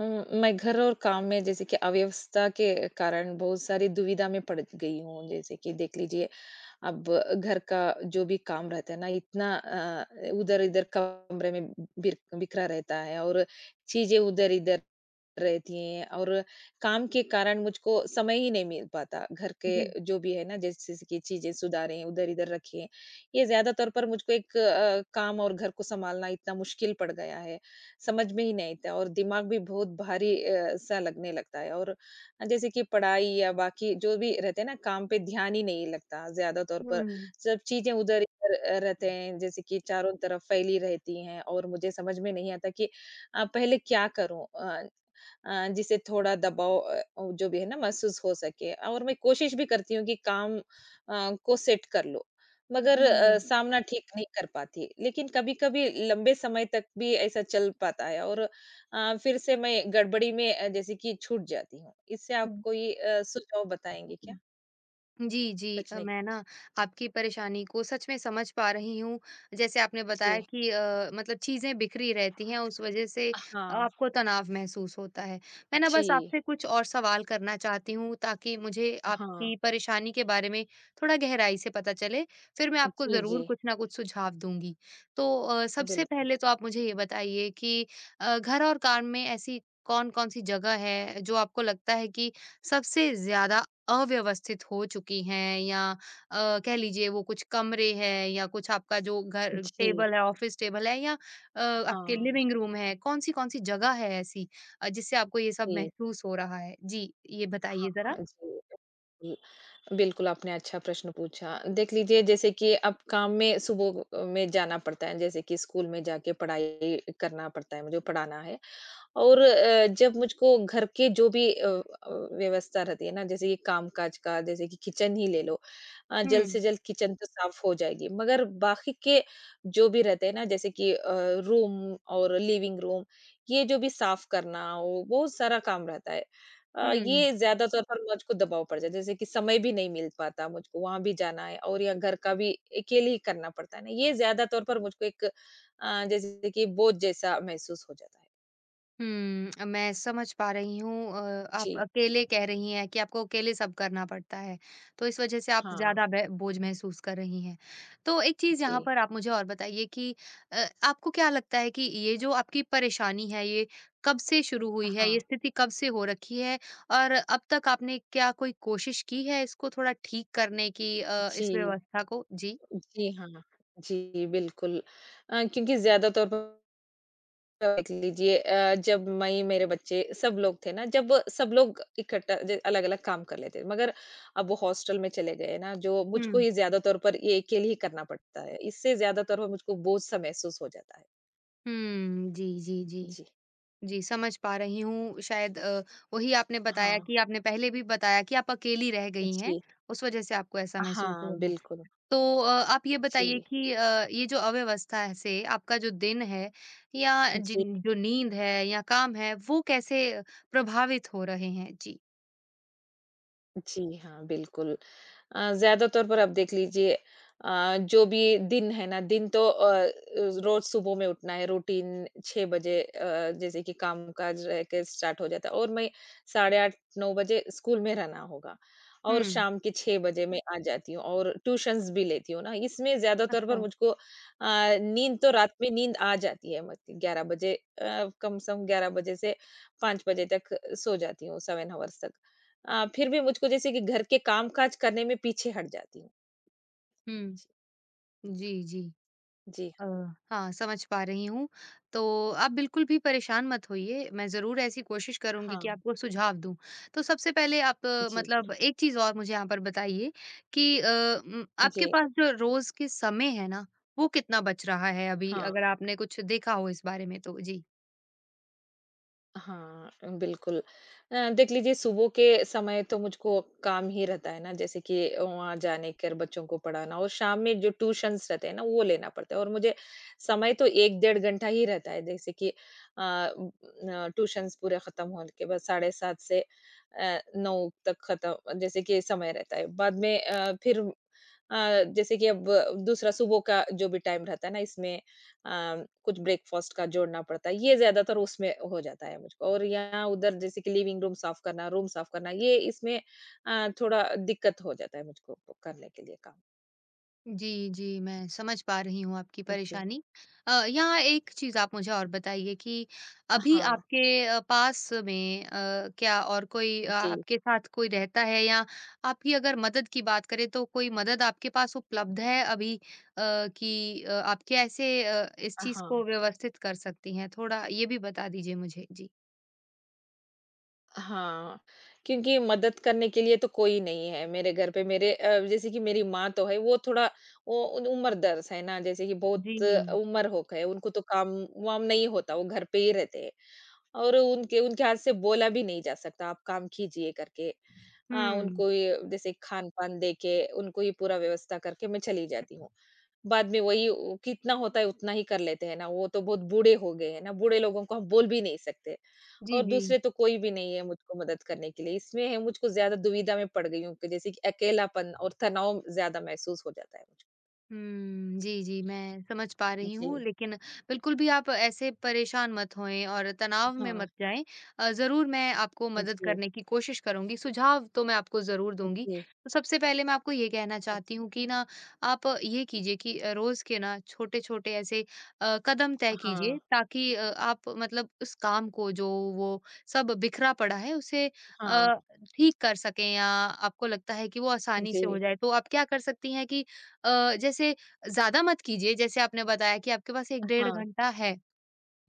अ, मैं घर और काम में जैसे कि अव्यवस्था के कारण बहुत सारी दुविधा में पड़ गई हूँ। जैसे कि देख लीजिए, अब घर का जो भी काम रहता है ना, इतना उधर-इधर कमरे में बिर बिखरा रहता है और चीज़ें उधर-इधर रहती हैं और काम के कारण मुझको समय ही नहीं मिल पाता। घर जी। के जो भी है ना, जैसे जैसे कि चीज़ें सुधारें, उधर-इधर रखें, ये ज़्यादा तौर पर मुझको एक काम और घर को सँभालना इतना मुश्किल पड़ गया है। समझ में ही नहीं आता और दिमाग भी बहुत भारी सा लगने लगता है और जैसे कि पढ़ाई या बाकी जो भी रहते हैं ना काम पे ध्यान ही नहीं लगता ज्यादा तौर पर हुँ। सब चीजें उधर इधर रहते हैं जैसे कि चारों तरफ फैली रहती हैं और मुझे समझ में नहीं आता कि पहले क्या करूं जिससे थोड़ा दबाव जो भी है ना महसूस हो सके और मैं कोशिश भी करती हूँ कि काम को सेट कर लो मगर जी। सामना ठीक नहीं कर पाती। लेकिन कभी-कभी लंबे समय तक भी ऐसा चल पाता है और फिर से मैं गड़बड़ी में जैसे कि छूट जाती हूँ। इससे आप कोई सुझाव बताएँगे क्या हुँ। जी, जी। बचने के? मैं ना आपकी परेशानी को सच में समझ पा रही हूँ। जैसे आपने बताया जी। कि मतलब चीज़ें बिखरी रहती हैं, उस वज़ह से हाँ, आपको तनाव महसूस होता है। मैं ना बस जी। आपसे कुछ और सवाल करना चाहती हूँ, ताकि मुझे हाँ। आपकी परेशानी के बारे में थोड़ा गहराई से पता चले, फिर मैं आपको जी, जी, ज़रूर कुछ ना कुछ सुझाव दूँगी। तो सबसे बिल्कुल। पहले तो आप मुझे ये बताइए कि घर और काम में ऐसी कौन-कौन सी जगह है, जो आपको लगता है कि सबसे ज़्यादा अव्यवस्थित हो चुकी हैं या कह लीजिए वो कुछ कमरे हैं या कुछ आपका जो घर जी, टेबल है, ऑफिस टेबल है या आपके हाँ, लिविंग रूम है, कौन-सी कौन-सी जगह है ऐसी जिससे आपको ये सब जी, महसूस हो रहा है? जी, ये बताइए ज़रा। हाँ, जी। जी, बिल्कुल आपने अच्छा प्रश्न पूछा। देख लीजिए जैसे कि अब काम में सुबह में जाना पड़ता है, जैसे कि स्कूल में जाके पढ़ाई करना पड़ता है, मुझे पढ़ाना है। और जब मुझको घर के जो भी व्यवस्था रहती है ना, जैसे ये काम-काज का, जैसे कि किचन ही ले लो। जल्द हुँ, से जल्द किचन तो साफ हो जाएगी, मगर बाकी के जो भी रहते हैं ना, जैसे कि रूम और लिविंग रूम, ये जो भी साफ करना वो बहुत सारा काम रहता है। हुँ। ये ज़्यादा तौर पर मुझको दबाव पड़ जाता है, जैसे कि समय भी नहीं मिल पाता मुझको, वहाँ भी जाना है और या घर का भी अकेले ही करना पड़ता है ना। ये ज़्यादा तौर पर मुझको एक जैसे कि बोझ जैसा महसूस हो जाता है। हुँ, मैं समझ पा रही हूँ। आप जी। अकेले कह रही हैं कि आपको अकेले सब करना पड़ता है, तो इस वजह से आप हाँ, ज़्यादा बे बोझ महसूस कर रही हैं। तो एक चीज़ यहाँ जी। पर आप मुझे और बताइए कि अ, आपको क्या लगता है कि ये जो आपकी परेशानी है, ये कब से शुरू हुई है? हाँ, ये स्थिति कब से हो रखी है? और अब तक आपने क्या कोई कोशिश की है इसको थोड़ा ठीक करने की, इस जी, व्यवस्था को? जी। जी हाँ, जी, बिल्कुल। क्योंकि ज़्यादा तौर पर देख लीजिए जब मई मेरे बच्चे सब लोग थे ना, जब सब लोग इकट्ठा ज अलग-अलग काम कर लेते, मगर अब वो हॉस्टल में चले गए ना, जो मुझको हुँ। ये ज़्यादा तौर पर ये अकेले ही करना पड़ता है। इससे ज़्यादा तौर पर मुझको बोझ-सा महसूस हो जाता है। हुँ, जी, जी, जी। जी। जी, समझ पा रही हूँ। शायद वही आपने बताया हाँ, कि आपने पहले भी बताया कि आप अकेली रह गई हैं, जी। उस वज़ह से आपको ऐसा महसूस हो हाँ, रहा है। बिल्कुल। तो आप ये बताइए जी, कि ये जो अव्यवस्था है से आपका जो दिन है या जी, जिन जो नींद है या काम है, वो कैसे प्रभावित हो रहे हैं? जी। जी हाँ, बिल्कुल। ज़्यादातर पर आप देख लीजिए जो भी दिन है ना, दिन तो रोज़ सुबह में उठना है, रूटीन 6 बजे जैसे कि काम-काज रह के स्टार्ट हो जाता है और मैं साढ़े 8-9 बजे स्कूल में रहना होगा और हुँ। शाम के 6 बजे मैं आ जाती हूँ और ट्यूशन्स भी लेती हूँ ना, इसमें ज़्यादातर पर अच्छा। मुझको नींद तो रात में नींद आ जाती है मत 11 बजे कम से कम 11 बजे से 5 बजे तक सो जाती हूँ, 7 हॉवर्स तक। फिर भी मुझको जैसे कि घर के काम-काज करने में पीछे हट जाती हूँ। हुँ। जी, जी, जी। जी, अ, हाँ, समझ पा रही हूँ। तो आप बिल्कुल भी परेशान मत होइए, मैं ज़रूर ऐसी कोशिश करूँगी हाँ, कि आपको सुझाव दूँ। तो सबसे पहले आप, जी, बिल मतलब एक चीज़ और मुझे यहाँ पर बताइए कि आपके जी, पास जो रोज़ के समय है ना, वो कितना बच रहा है अभी? हाँ। अगर आपने कुछ देखा हो इस बारे में तो? जी। हाँ, बिल्कुल। देख लीजिए सुबह के समय तो मुझको काम ही रहता है ना, जैसे कि वहाँ जाने कर बच्चों को पढ़ाना और शाम में जो ट्यूशन्स रहते हैं ना, वो लेना पड़ता है और मुझे समय तो 1 डेढ़ घंटा ही रहता है। जैसे कि अ, उम, न ट्यूशन्स पूरे खत्म होने के बाद 7:30 से 9 तक खत्म जैसे कि समय रहता है। बाद में फिर जैसे कि अब दूसरा सुबह का जो भी टाइम रहता है ना, इसमें अ, कुछ ब्रेकफास्ट का जोड़ना पड़ता है, ये ज़्यादातर उसमें हो जाता है मुझको और यहाँ उधर जैसे कि लिविंग रूम साफ़ करना, ये इसमें थोड़ा दिक्कत हो जाता है मुझको करने के लिए काम। जी, जी, मैं समझ पा रही हूँ आपकी जी। परेशानी। यहाँ एक चीज़ आप मुझे और बताइए कि अभी हाँ, आपके पास में क्या और कोई जी। आपके साथ कोई रहता है या आपकी अगर मदद की बात करें तो कोई मदद आपके पास उपलब्ध है अभी, कि आप कैसे इस चीज़ हाँ, को व्यवस्थित कर सकती हैं? थोड़ा ये भी बता दीजिए मुझे। जी। हाँ, क्योंकि मदद करने के लिए तो कोई नहीं है मेरे घर पे मेरे जैसे कि मेरी माँ तो है, वो थोड़ा वो उन उम्रदर्श है ना, जैसे कि बहुत जी। उम्र हो गए, उनको तो काम-वाम नहीं होता, वो घर पे ही रहते हैं। और उनके उनके हाथ से बोला भी नहीं जा सकता, आप काम कीजिए करके। हुँ। उनको ये जैसे खान-पान देके उनको ये पूरा व्यवस्था करके मैं चली जाती हूँ। बाद में वही उ कितना होता है उतना ही कर लेते हैं ना, वो तो बहुत बूढ़े हो गए हैं ना, बूढ़े लोगों को हम बोल भी नहीं सकते जी, और जी। दूसरे तो कोई भी नहीं है मुझको मदद करने के लिए। इसमें है मुझको ज़्यादा दुविधा में पड़ गई हूँ कि जैसे कि अकेलापन और तनाव ज़्यादा महसूस हो जाता है मुझको। हुँ, जी, जी, मैं समझ पा रही जी। हूँ, लेकिन बिल्कुल भी आप ऐसे परेशान मत होएँ और तनाव में हाँ, मत जाएँ। ज़रूर मैं आपको मदद जी, करने की कोशिश करूँगी, सुझाव तो मैं आपको ज़रूर दूँगी। जी। तो सबसे पहले मैं आपको ये कहना अच चाहती हूँ कि ना, आप ये कीजिए कि रोज़ के ना छोटे-छोटे ऐसे कदम तय कीजिए हाँ, ताकि आप मतलब उस काम को जो वो सब बिखरा पड़ा है, उसे अ, हाँ, ठीक कर सकें या आपको लगता है कि वो आसानी से हो जी, जाए। तो आप क्या कर सकती हैं कि जैसे ज़्यादा मत कीजिए, जैसे आपने बताया कि आपके पास 1 डेढ़ हाँ, घंटा है,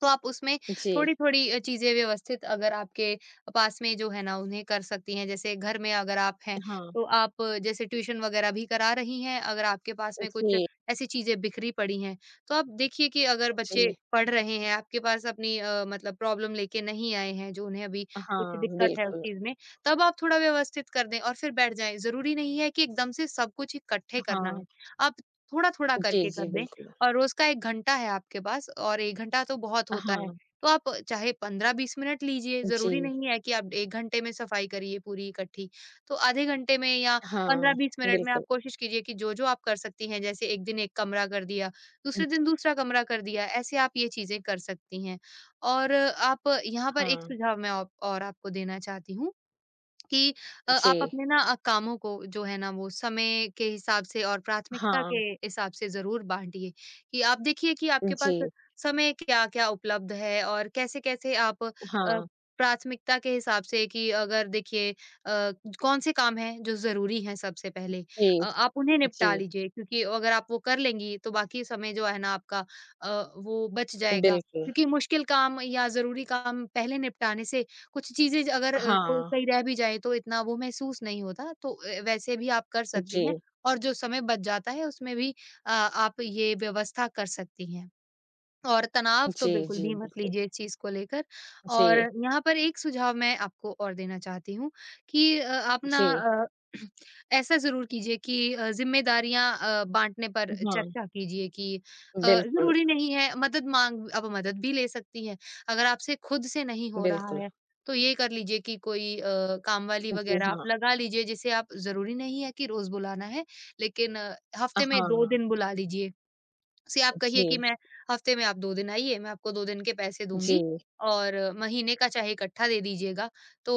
तो आप उसमें जी, थोड़ी-थोड़ी चीज़ें व्यवस्थित अगर आपके पास में जो है ना उन्हें कर सकती हैं। जैसे घर में अगर आप हैं, हाँ। तो आप जैसे ट्यूशन वगैरह भी करा रही हैं, अगर आपके पास में कुछ जी, ऐसी चीज़ें बिखरी पड़ी हैं, तो आप देखिए कि अगर बच्चे जी। पढ़ रहे हैं, आपके पास अपनी, मतलब प्रॉब्लम लेके नहीं आए हैं, जो उन्हें अभी कुछ हाँ, दिक्कत है उस बिल्कुल। चीज़ में, तब आप थोड़ा व्यवस्थित कर दें और फिर बैठ जाएँ। ज़रूरी नहीं है कि एकदम से सब कुछ इकट्ठे करना हाँ। है, आप थोड़ा-थोड़ा जी, करके जी, कर दें बिल्कुल। और रोज़ का 1 घंटा है आपके पास और 1 घंटा तो बहुत होता है। हाँ, तो आप चाहे 15-20 मिनट लीजिए, जी। ज़रूरी नहीं है कि आप 1 घंटे में सफाई करिए पूरी इकट्ठी। तो आधे घंटे में या हाँ, 15-20 मिनट में आप बिल्कुल। कोशिश कीजिए कि जो-जो आप कर सकती हैं, जैसे एक दिन एक कमरा कर दिया, दूसरे जी, दिन दूसरा कमरा कर दिया, ऐसे आप ये चीज़ें कर सकती हैं। और आप यहाँ पर एक हाँ, सुझाव मैं औ और आपको देना चाहती हूँ कि जी। आप अपने ना कामों को जो है ना वो समय के हिसाब से और प्राथमिकता हाँ, के हिसाब से ज़रूर बाँटिए, कि आप देखिए कि आपके पास जी। समय क्या-क्या उपलब्ध है और कैसे-कैसे आप हाँ, प्राथमिकता के हिसाब से कि अगर देखिए कौन से काम हैं जो ज़रूरी हैं सबसे पहले, जी, आप उन्हें जी, निपटा लीजिए क्योंकि अगर आप वो कर लेंगी तो बाकी समय जो है ना आपका वो बच जाएगा। बिल्कुल। क्योंकि मुश्किल काम या ज़रूरी काम पहले निपटाने से कुछ चीज़ें अगर को हाँ, कहीं रह भी जाएँ तो इतना वो महसूस नहीं होता, तो वैसे भी आप कर जी। सकती हैं और जो समय बच जाता है उसमें भी आप ये व्यवस्था कर सकती हैं। और तनाव तो जी, बिल्कुल जी, भी मत बिल्कुल। लीजिए इस चीज़ को लेकर और जी, यहाँ पर एक सुझाव मैं आपको और देना चाहती हूँ कि आप ना जी। ऐसा ज़रूर कीजिए कि ज़िम्मेदारियाँ बाँटने पर हाँ, चर्चा कीजिए कि बिल्कुल, ज़रूरी नहीं है मदद माँग अब मदद भी ले सकती है। अगर आपसे खुद से नहीं हो रहा बिल्कुल। है, तो ये कर लीजिए कि कोई कामवाली जी, वग़ैरह हाँ। आप लगा लीजिए जिसे आप ज़रूरी नहीं है कि रोज़ बुलाना है, लेकिन हफ़्ते में 2 हाँ, दिन बुला लीजिए। से आप कहिए कि जी, मैं हफ्ते में आप 2 दिन आइए, मैं आपको 2 दिन के पैसे जी। दूँगी और महीने का चाहे इकट्ठा दे दीजिएगा। तो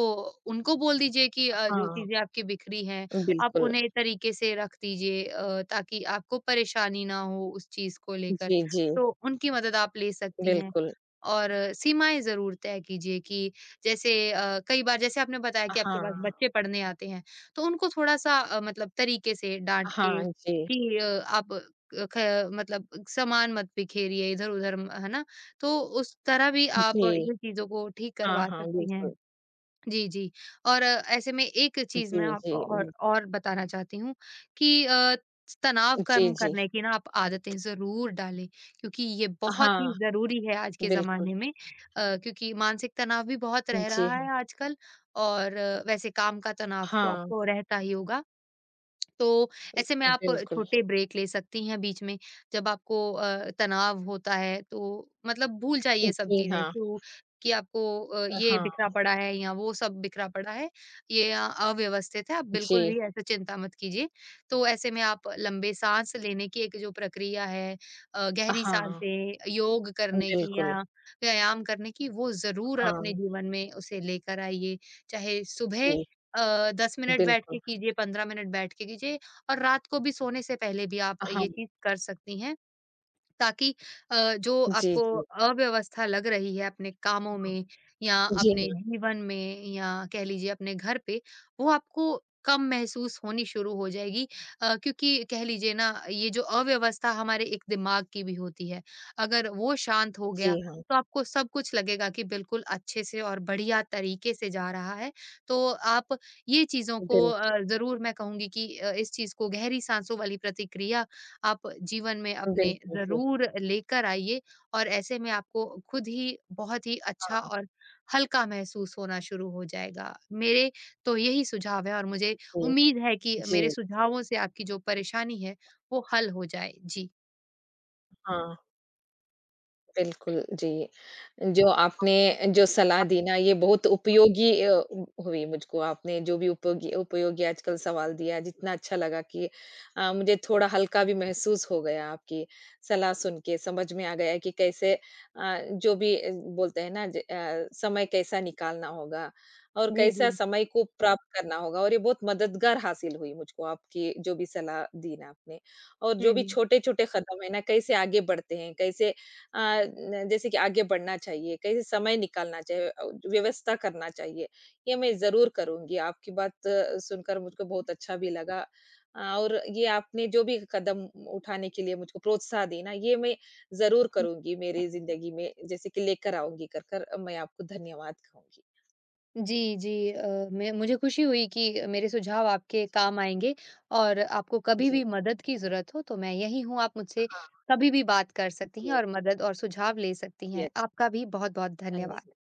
उनको बोल दीजिए कि जो हाँ, चीज़ें आपकी बिखरी हैं, आप बिल्कुल। उन्हें तरीके से रख दीजिए ताकि आपको परेशानी ना हो उस चीज़ को लेकर। जी, जी, तो उनकी मदद आप ले सकती हैं। बिल्कुल। और सीमाएँ ज़रूर तय कीजिए कि जैसे कई बार जैसे आपने बताया कि आपके हाँ, पास बच्चे पढ़ने आते हैं, तो उनको थोड़ा-सा मतलब तरीके से डाँट के हाँ, जी। कि आप अ, ख मतलब सामान मत बिखेरिए इधर-उधर म है ना? तो उस तरह भी आप जी। ये चीज़ों को ठीक हाँ, करवा हाँ, सकती हैं। बिल्कुल। जी, जी। और ऐसे में एक चीज़ मैं जी, जी, आपको और बिल और बताना चाहती हूँ कि तनाव जी, कम जी। करने की ना आप आदतें ज़रूर डालें, क्योंकि ये बहुत ही हाँ, ज़रूरी है आज के बिल्कुल। ज़माने में। क्योंकि मानसिक तनाव भी बहुत रह रहा जी, है आजकल और वैसे काम का तनाव तो हाँ, आपको रहता ही होगा। तो ऐसे में आप बिल्कुल। छोटे ब्रेक ले सकती हैं बीच में जब आपको तनाव होता है तो मतलब भूल जाइए सब जी चीज़ें हाँ, क्यों कि आपको ये हाँ, बिखरा पड़ा है या वो सब बिखरा पड़ा है, ये अव्यवस्थित है, आप बिल्कुल जी, भी ऐसा चिंता मत कीजिए। तो ऐसे में आप लंबे साँस लेने की एक जो प्रक्रिया है, गहरी हाँ, साँसें, योग करने की बिल्कुल, या व्यायाम करने की, वो ज़रूर अपने हाँ, जीवन में उसे लेकर आइए। चाहे सुबह जी, 10 मिनट बैठ के बिल्कुल, कीजिए, 15 मिनट बैठ के कीजिए और रात को भी सोने से पहले भी आप हाँ, ये चीज़ कर सकती हैं। ताकि जो जी, आपको जी, अव्यवस्था लग रही है अपने कामों में या जी अपने हाँ, जीवन में या कह लीजिए अपने घर पे, वो आपको कम महसूस होनी शुरू हो जाएगी, क्योंकि कह लीजिए ना ये जो अव्यवस्था हमारे एक दिमाग की भी होती है, अगर वो शांत हो जी गया हाँ, तो आपको सब कुछ लगेगा कि बिल्कुल अच्छे से और बढ़िया तरीके से जा रहा है। तो आप ये चीज़ों को बिल्कुल, ज़रूर मैं कहूँगी कि इस चीज़ को गहरी साँसों वाली प्रतिक्रिया आप जीवन में अपने बिल्कुल, जी, ज़रूर लेकर आइए और ऐसे में आपको खुद ही बहुत ही अच्छा हाँ, और हल्का महसूस होना शुरू हो जाएगा। मेरे तो यही सुझाव है और मुझे जी, उम्मीद है कि जी, मेरे सुझावों से आपकी जो परेशानी है, वो हल हो जाए। जी। हाँ। बिल्कुल, जी। जो आपने जो सलाह दी ना ये बहुत उपयोगी हुई मुझको आपने जो भी उपयोगी उपयोगी आजकल सवाल दिया जितना अच्छा लगा कि मुझे थोड़ा हल्का भी महसूस हो गया आपकी सलाह सुन के समझ में आ गया कि कैसे जो भी बोलते हैं ना समय कैसा निकालना होगा और जी, कैसा जी। समय को प्राप्त करना होगा और ये बहुत मददगार हासिल हुई मुझको आपकी जो भी सलाह दी ना आपने। और जो भी हुँ, छोटे-छोटे कदम है ना कैसे आगे बढ़ते हैं, कैसे अ, न जैसे कि आगे बढ़ना चाहिए, कहीं समय निकालना चाहिए व्यवस्था करना चाहिए। ये मैं ज़रूर करूँगी, आपकी बात सुनकर मुझको बहुत अच्छा भी लगा। और ये आपने जो भी कदम उठाने के लिए मुझको प्रोत्साहन दी ना, ये मैं ज़रूर हुँ। करूँगी मेरी ज़िंदगी में, जैसे कि लेकर आऊँगी कर मैं आपको धन्यवाद कहूँगी। जी, जी। मैं मुझे खुशी हुई कि मेरे सुझाव आपके जी, काम आएँगे और आपको कभी जी भी मदद की ज़रूरत हो तो मैं यहीं हूँ, आप मुझसे हाँ, कभी भी बात कर सकती हैं जी, और मदद और सुझाव ले सकती जी, हैं। अच्छा, आपका भी बहुत-बहुत धन्यवाद। धन्यवाद।